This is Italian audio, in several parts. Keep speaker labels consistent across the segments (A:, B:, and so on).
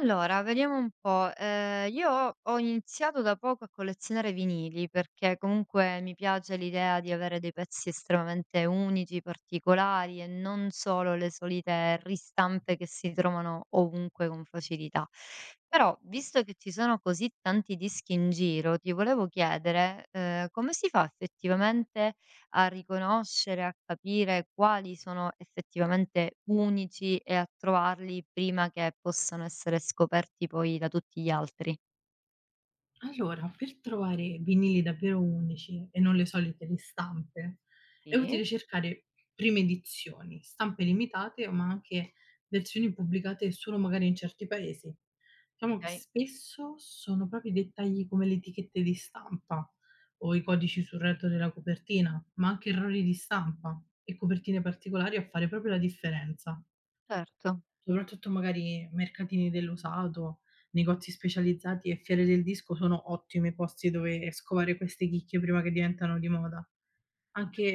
A: Allora, vediamo un po'. Io ho iniziato da poco a collezionare vinili, perché comunque mi piace l'idea di avere dei pezzi estremamente unici, particolari e non solo le solite ristampe che si trovano ovunque con facilità. Però, visto che ci sono così tanti dischi in giro, ti volevo chiedere, come si fa effettivamente a riconoscere, a capire quali sono effettivamente unici e a trovarli prima che possano essere scoperti poi da tutti gli altri.
B: Allora, per trovare vinili davvero unici e non le solite ristampe, è
A: Sì,
B: utile cercare prime edizioni, stampe limitate, ma anche versioni pubblicate solo magari in certi paesi. Diciamo che
A: okay,
B: spesso sono proprio i dettagli come le etichette di stampa o i codici sul retro della copertina, ma anche errori di stampa e copertine particolari a fare proprio la differenza.
A: certo.
B: Soprattutto magari mercatini dell'usato, negozi specializzati e fiere del disco sono ottimi posti dove scovare queste chicche prima che diventano di moda.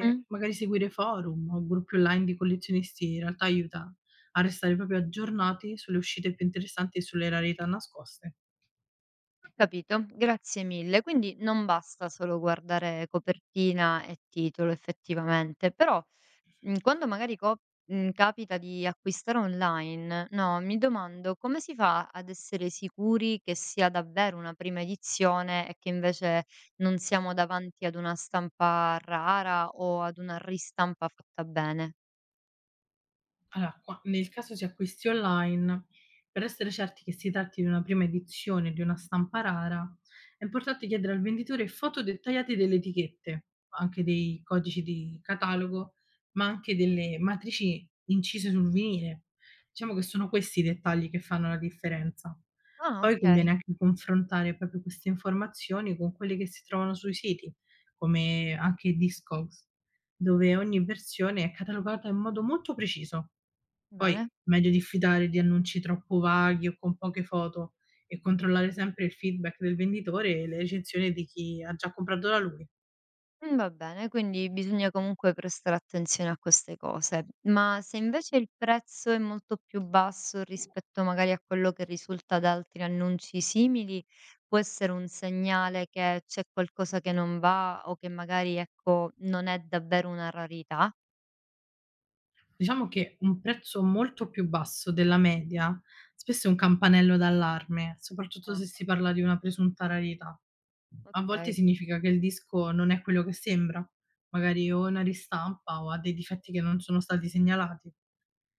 A: Mh,
B: magari seguire forum o gruppi online di collezionisti in realtà aiuta a restare proprio aggiornati sulle uscite più interessanti e sulle rarità nascoste.
A: ho capito, grazie mille. Quindi non basta solo guardare copertina e titolo effettivamente, però Mhmm, quando magari co mhmm, capita di acquistare online, no, mi domando come si fa ad essere sicuri che sia davvero una prima edizione e che invece non siamo davanti ad una stampa rara o ad una ristampa fatta bene?
B: Allora, qua nel caso si acquisti online, per essere certi che si tratti di una prima edizione di una stampa rara, è importante chiedere al venditore foto dettagliate delle etichette, anche dei codici di catalogo, ma anche delle matrici incise sul vinile. Diciamo che sono questi i dettagli che fanno la differenza.
A: Ah,
B: Poi
A: okay,
B: conviene anche confrontare proprio queste informazioni con quelle che si trovano sui siti, come anche Discogs, dove ogni versione è catalogata in modo molto preciso. Poi,
A: bene.
B: meglio diffidare di annunci troppo vaghi o con poche foto e controllare sempre il feedback del venditore e le recensioni di chi ha già comprato da lui.
A: Va bene, quindi bisogna comunque prestare attenzione a queste cose. Ma se invece il prezzo è molto più basso rispetto magari a quello che risulta da altri annunci simili, può essere un segnale che c'è qualcosa che non va o che magari, ecco, non è davvero una rarità?
B: Diciamo che un prezzo molto più basso della media spesso è un campanello d'allarme, soprattutto
A: Ah,
B: se si parla di una presunta rarità. A volte
A: okay.
B: significa che il disco non è quello che sembra, magari o è una ristampa o ha dei difetti che non sono stati segnalati.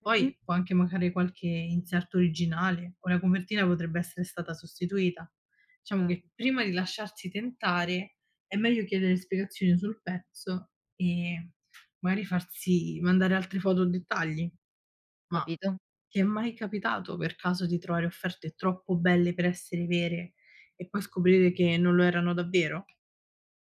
A: Mh-mh.
B: Poi può anche mancare qualche inserto originale o la copertina potrebbe essere stata sostituita. Diciamo
A: Cer
B: che prima di lasciarsi tentare è meglio chiedere spiegazioni sul pezzo e magari farsi mandare altre foto o dettagli. Ma
A: Capito.
B: ti è mai capitato per caso di trovare offerte troppo belle per essere vere e poi scoprire che non lo erano davvero?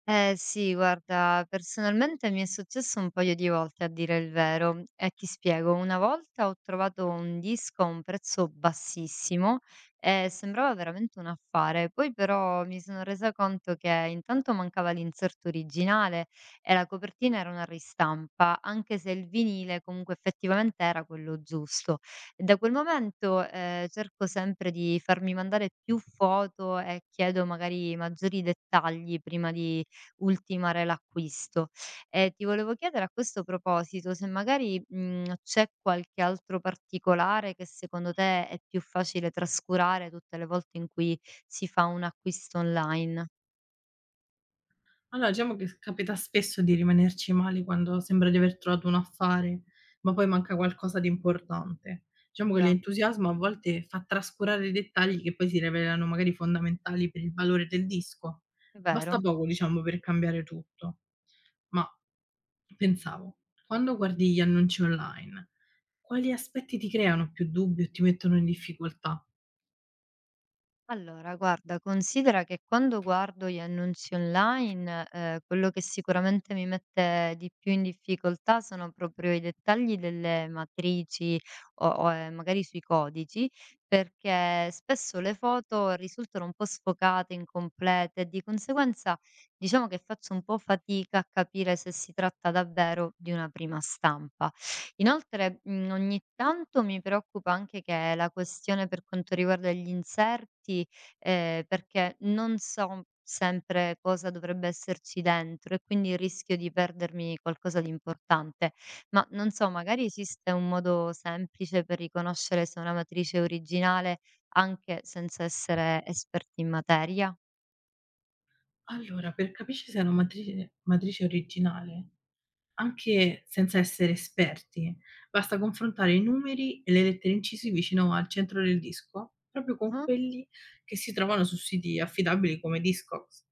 A: Eh sì, guarda, personalmente mi è successo un paio di volte a dire il vero e ti spiego, una volta ho trovato un disco a un prezzo bassissimo e sembrava veramente un affare, poi però mi sono resa conto che intanto mancava l'inserto originale e la copertina era una ristampa, anche se il vinile comunque effettivamente era quello giusto. E da quel momento cerco sempre di farmi mandare più foto e chiedo magari maggiori dettagli prima di ultimare l'acquisto. E ti volevo chiedere a questo proposito se magari, c'è qualche altro particolare che secondo te è più facile trascurare tutte le volte in cui si fa un acquisto online.
B: Allora, diciamo che s capita spesso di rimanerci male quando sembra di aver trovato un affare, ma poi manca qualcosa di importante. Diciamo che
A: Già,
B: l'entusiasmo a volte fa trascurare i dettagli che poi si rivelano magari fondamentali per il valore del disco.
A: è
B: Basta
A: vero.
B: poco, diciamo, per cambiare tutto. Ma pensavo, quando guardi gli annunci online, quali aspetti ti creano più dubbi o ti mettono in difficoltà?
A: Allora, guarda, considera che quando guardo gli annunzi online, quello che sicuramente mi mette di più in difficoltà sono proprio i dettagli delle matrici o magari sui codici, perché spesso le foto risultano un po' sfocate, incomplete, e di conseguenza diciamo che faccio un po' fatica a capire se si tratta davvero di una prima stampa. Inoltre, ogni tanto mi preoccupa anche che la questione per quanto riguarda gli inserti, perché non so sempre cosa dovrebbe esserci dentro e quindi rischio di perdermi qualcosa di importante. Ma non so, magari esiste un modo semplice per riconoscere se una matrice è originale anche senza essere esperti in materia?
B: Allora, per capirci se è una matrice originale, anche senza essere esperti, basta confrontare i numeri e le lettere incisi vicino al centro del disco, proprio con
A: Mh-mh,
B: quelli che si trovano su siti affidabili come Discogs,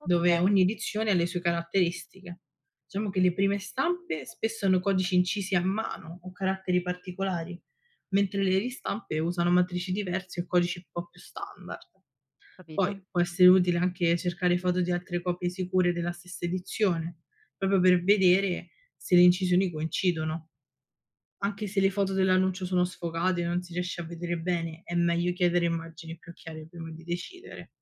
B: dove
A: okay,
B: ogni edizione ha le sue caratteristiche. Diciamo che le prime stampe spesso hanno codici incisi a mano o caratteri particolari, mentre le ristampe usano matrici diverse o codici un po' più standard. Poi
A: capito.
B: può essere utile anche cercare foto di altre copie sicure della stessa edizione, proprio per vedere se le incisioni coincidono. Anche se le foto dell'annuncio sono sfocate e non si riesce a vedere bene, è meglio chiedere immagini più chiare prima di decidere.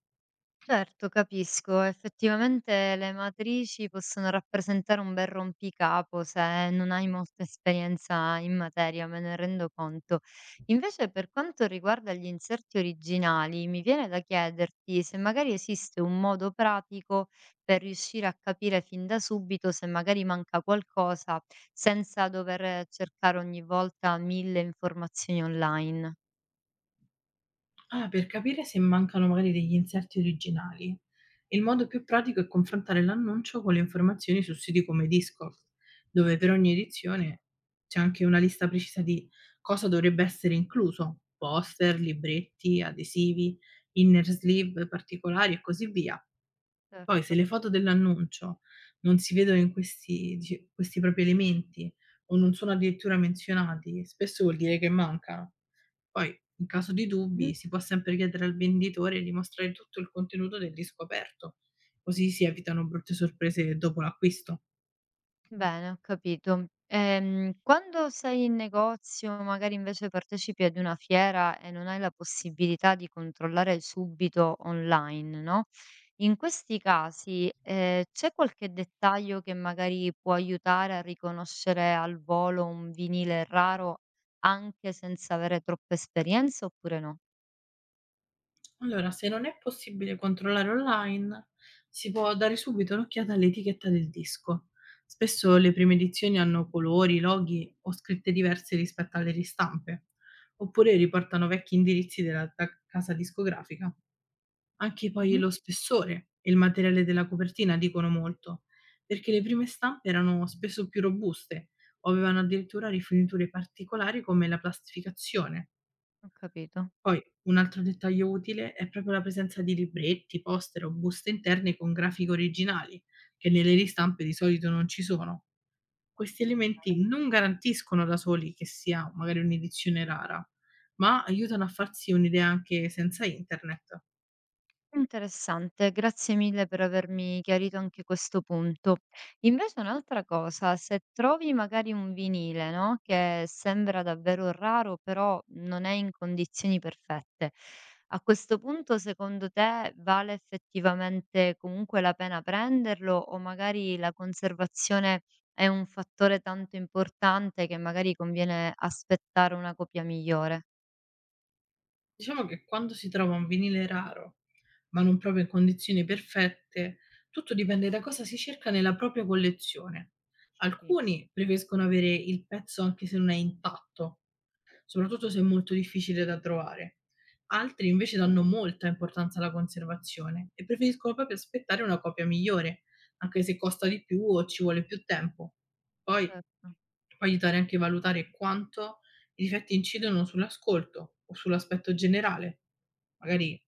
A: Certo, capisco. Effettivamente le matrici possono rappresentare un bel rompicapo se non hai molta esperienza in materia, me ne rendo conto. Invece, per quanto riguarda gli inserti originali, mi viene da chiederti se magari esiste un modo pratico per riuscire a capire fin da subito se magari manca qualcosa senza dover cercare ogni volta mille informazioni online.
B: Ah, per capire se mancano magari degli inserti originali. Il modo più pratico è confrontare l'annuncio con le informazioni su siti come Discord, dove per ogni edizione c'è anche una lista precisa di cosa dovrebbe essere incluso: poster, libretti, adesivi, inner sleeve particolari e così via. Poi,
A: Certo.
B: se le foto dell'annuncio non si vedono in questi propri elementi o non sono addirittura menzionati, spesso vuol dire che mancano. Poi, in caso di dubbi, si può sempre chiedere al venditore di mostrare tutto il contenuto del disco aperto, così si evitano brutte sorprese dopo l'acquisto.
A: Bene, ho capito. Quando sei in negozio, magari invece partecipi ad una fiera e non hai la possibilità di controllare subito online, no? In questi casi, c'è qualche dettaglio che magari può aiutare a riconoscere al volo un vinile raro anche senza avere troppa esperienza oppure no?
B: Allora, se non è possibile controllare online, si può dare subito un'occhiata all'etichetta del disco. Spesso le prime edizioni hanno colori, loghi o scritte diverse rispetto alle ristampe, oppure riportano vecchi indirizzi della casa discografica. Anche poi
A: Mhm,
B: lo spessore e il materiale della copertina dicono molto, perché le prime stampe erano spesso più robuste o avevano addirittura rifiniture particolari come la plastificazione.
A: ho capito.
B: Poi un altro dettaglio utile è proprio la presenza di libretti, poster o buste interne con grafiche originali, che nelle ristampe di solito non ci sono. Questi elementi non garantiscono da soli che sia magari un'edizione rara, ma aiutano a farsi un'idea anche senza internet.
A: Interessante, grazie mille per avermi chiarito anche questo punto. Invece un'altra cosa, se trovi magari un vinile, no? Che sembra davvero raro, però non è in condizioni perfette, a questo punto secondo te vale effettivamente comunque la pena prenderlo o magari la conservazione è un fattore tanto importante che magari conviene aspettare una copia migliore?
B: Diciamo che quando si trova un vinile raro, ma non proprio in condizioni perfette, tutto dipende da cosa si cerca nella propria collezione.
A: Sì,
B: Alcuni preferiscono avere il pezzo anche se non è intatto, soprattutto se è molto difficile da trovare. Altri invece danno molta importanza alla conservazione e preferiscono proprio aspettare una copia migliore, anche se costa di più o ci vuole più tempo. Poi
A: certo.
B: può aiutare anche a valutare quanto i difetti incidono sull'ascolto o sull'aspetto generale. Magari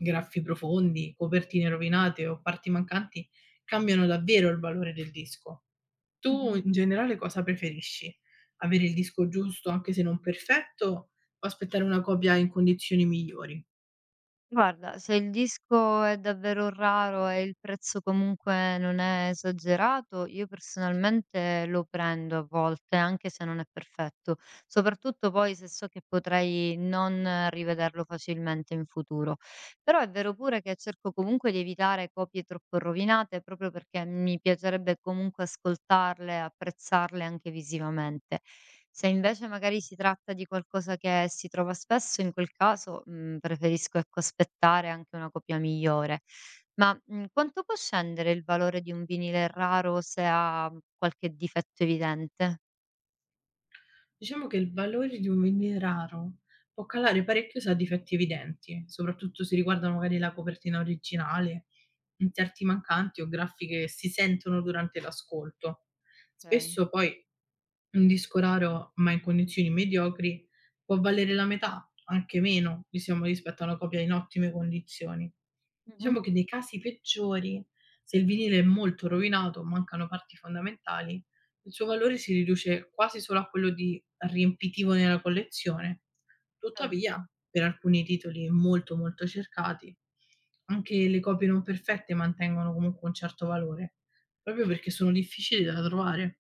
B: graffi profondi, copertine rovinate o parti mancanti cambiano davvero il valore del disco. Tu
A: Mhm.
B: in generale cosa preferisci? Avere il disco giusto anche se non perfetto o aspettare una copia in condizioni migliori?
A: Guarda, se il disco è davvero raro e il prezzo comunque non è esagerato, io personalmente lo prendo a volte, anche se non è perfetto, soprattutto poi se so che potrei non rivederlo facilmente in futuro. Però è vero pure che cerco comunque di evitare copie troppo rovinate, proprio perché mi piacerebbe comunque ascoltarle, apprezzarle anche visivamente. Se invece magari si tratta di qualcosa che si trova spesso, in quel caso, preferisco ecco aspettare anche una copia migliore. Ma, quanto può scendere il valore di un vinile raro se ha qualche difetto evidente?
B: Diciamo che il valore di un vinile raro può calare parecchio se ha difetti evidenti, soprattutto se riguardano magari la copertina originale, inserti mancanti o graffi che si sentono durante l'ascolto.
A: Okay.
B: Spesso poi un disco raro, ma in condizioni mediocri, può valere la metà, anche meno, diciamo, rispetto a una copia in ottime condizioni.
A: Mh-mh,
B: Diciamo che nei casi peggiori, se il vinile è molto rovinato, mancano parti fondamentali, il suo valore si riduce quasi solo a quello di riempitivo nella collezione. Tuttavia,
A: certo.
B: per alcuni titoli molto, molto cercati, anche le copie non perfette mantengono comunque un certo valore, proprio perché sono difficili da trovare.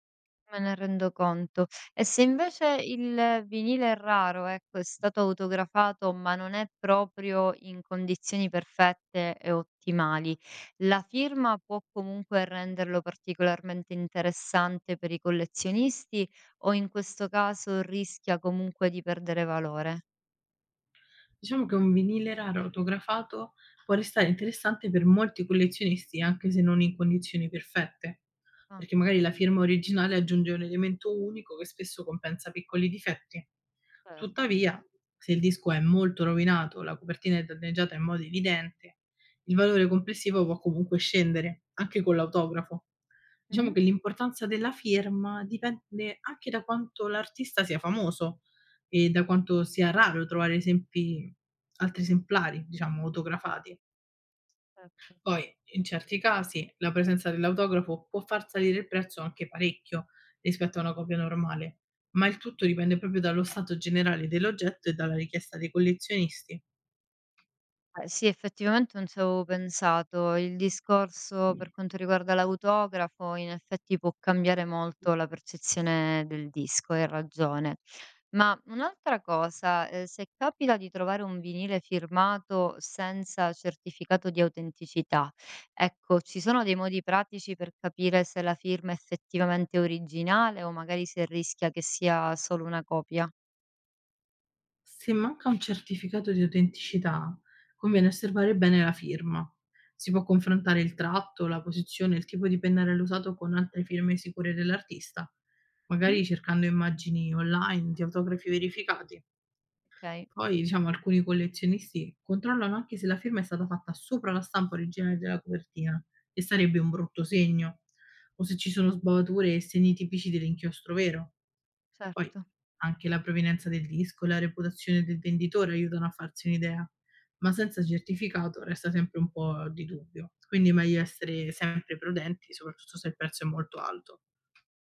A: Me ne rendo conto. E se invece il vinile è raro, ecco, è stato autografato, ma non è proprio in condizioni perfette e ottimali, la firma può comunque renderlo particolarmente interessante per i collezionisti o in questo caso rischia comunque di perdere valore?
B: Diciamo che un vinile raro autografato può restare interessante per molti collezionisti, anche se non in condizioni perfette,
A: Ah,
B: perché magari la firma originale aggiunge un elemento unico che spesso compensa piccoli difetti.
A: certo.
B: Tuttavia, se il disco è molto rovinato, la copertina è danneggiata in modo evidente, il valore complessivo può comunque scendere, anche con l'autografo. Diciamo
A: Mhm.
B: che l'importanza della firma dipende anche da quanto l'artista sia famoso e da quanto sia raro trovare esempi altri esemplari, diciamo, autografati.
A: Certo.
B: Poi, in certi casi, la presenza dell'autografo può far salire il prezzo anche parecchio rispetto a una copia normale, ma il tutto dipende proprio dallo stato generale dell'oggetto e dalla richiesta dei collezionisti.
A: Sì, effettivamente non ci avevo pensato. Il discorso per quanto riguarda l'autografo, in effetti può cambiare molto la percezione del disco, hai ragione. Ma un'altra cosa, se capita di trovare un vinile firmato senza certificato di autenticità, ecco, ci sono dei modi pratici per capire se la firma è effettivamente originale o magari se rischia che sia solo una copia?
B: Se manca un certificato di autenticità, conviene osservare bene la firma. Si può confrontare il tratto, la posizione, il tipo di pennarello usato con altre firme sicure dell'artista,
A: Mh.
B: magari cercando immagini online di autografi verificati.
A: Okay,
B: Poi, diciamo, alcuni collezionisti controllano anche se la firma è stata fatta sopra la stampa originale della copertina, e sarebbe un brutto segno, o se ci sono sbavature e segni tipici dell'inchiostro vero. Poi
A: certo.
B: anche la provenienza del disco e la reputazione del venditore aiutano a farsi un'idea, ma senza certificato resta sempre un po' di dubbio, quindi è meglio essere sempre prudenti, soprattutto se il prezzo è molto alto.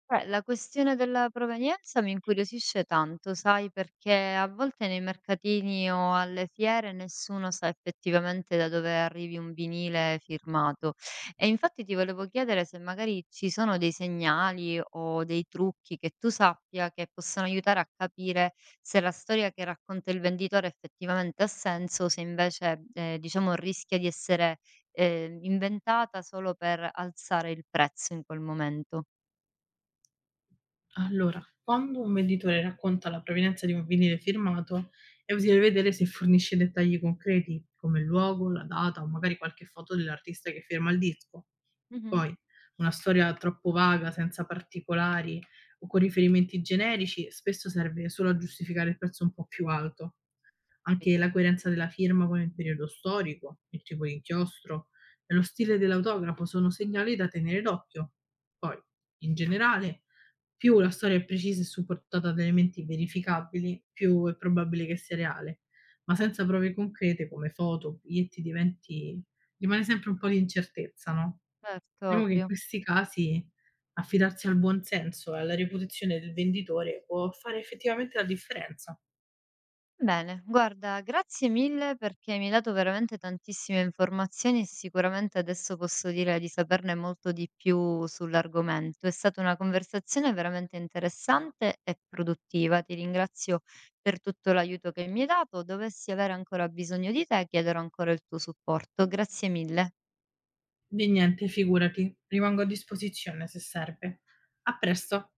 A: Beh, la questione della provenienza mi incuriosisce tanto, sai, perché a volte nei mercatini o alle fiere nessuno sa effettivamente da dove arrivi un vinile firmato. E infatti ti volevo chiedere se magari ci sono dei segnali o dei trucchi che tu sappia che possono aiutare a capire se la storia che racconta il venditore effettivamente ha senso o se invece, diciamo, rischia di essere, inventata solo per alzare il prezzo in quel momento.
B: Allora, quando un venditore racconta la provenienza di un vinile firmato, è utile vedere se fornisce dettagli concreti, come il luogo, la data o magari qualche foto dell'artista che firma il disco.
A: Mhm.
B: Poi, una storia troppo vaga, senza particolari o con riferimenti generici, spesso serve solo a giustificare il prezzo un po' più alto. Anche la coerenza della firma con il periodo storico, il tipo di inchiostro e lo stile dell'autografo sono segnali da tenere d'occhio. Poi, in generale, più la storia è precisa e supportata da elementi verificabili, più è probabile che sia reale, ma senza prove concrete come foto, biglietti, diventi rimane sempre un po' di incertezza, no,
A: Certo,
B: diciamo che in
A: ovvio.
B: questi casi affidarsi al buon senso e alla reputazione del venditore può fare effettivamente la differenza.
A: Bene, guarda, grazie mille perché mi hai dato veramente tantissime informazioni e sicuramente adesso posso dire di saperne molto di più sull'argomento. È stata una conversazione veramente interessante e produttiva. Ti ringrazio per tutto l'aiuto che mi hai dato. Dovessi avere ancora bisogno di te, chiederò ancora il tuo supporto. Grazie mille.
B: Di niente, figurati. Rimango a disposizione se serve. A presto.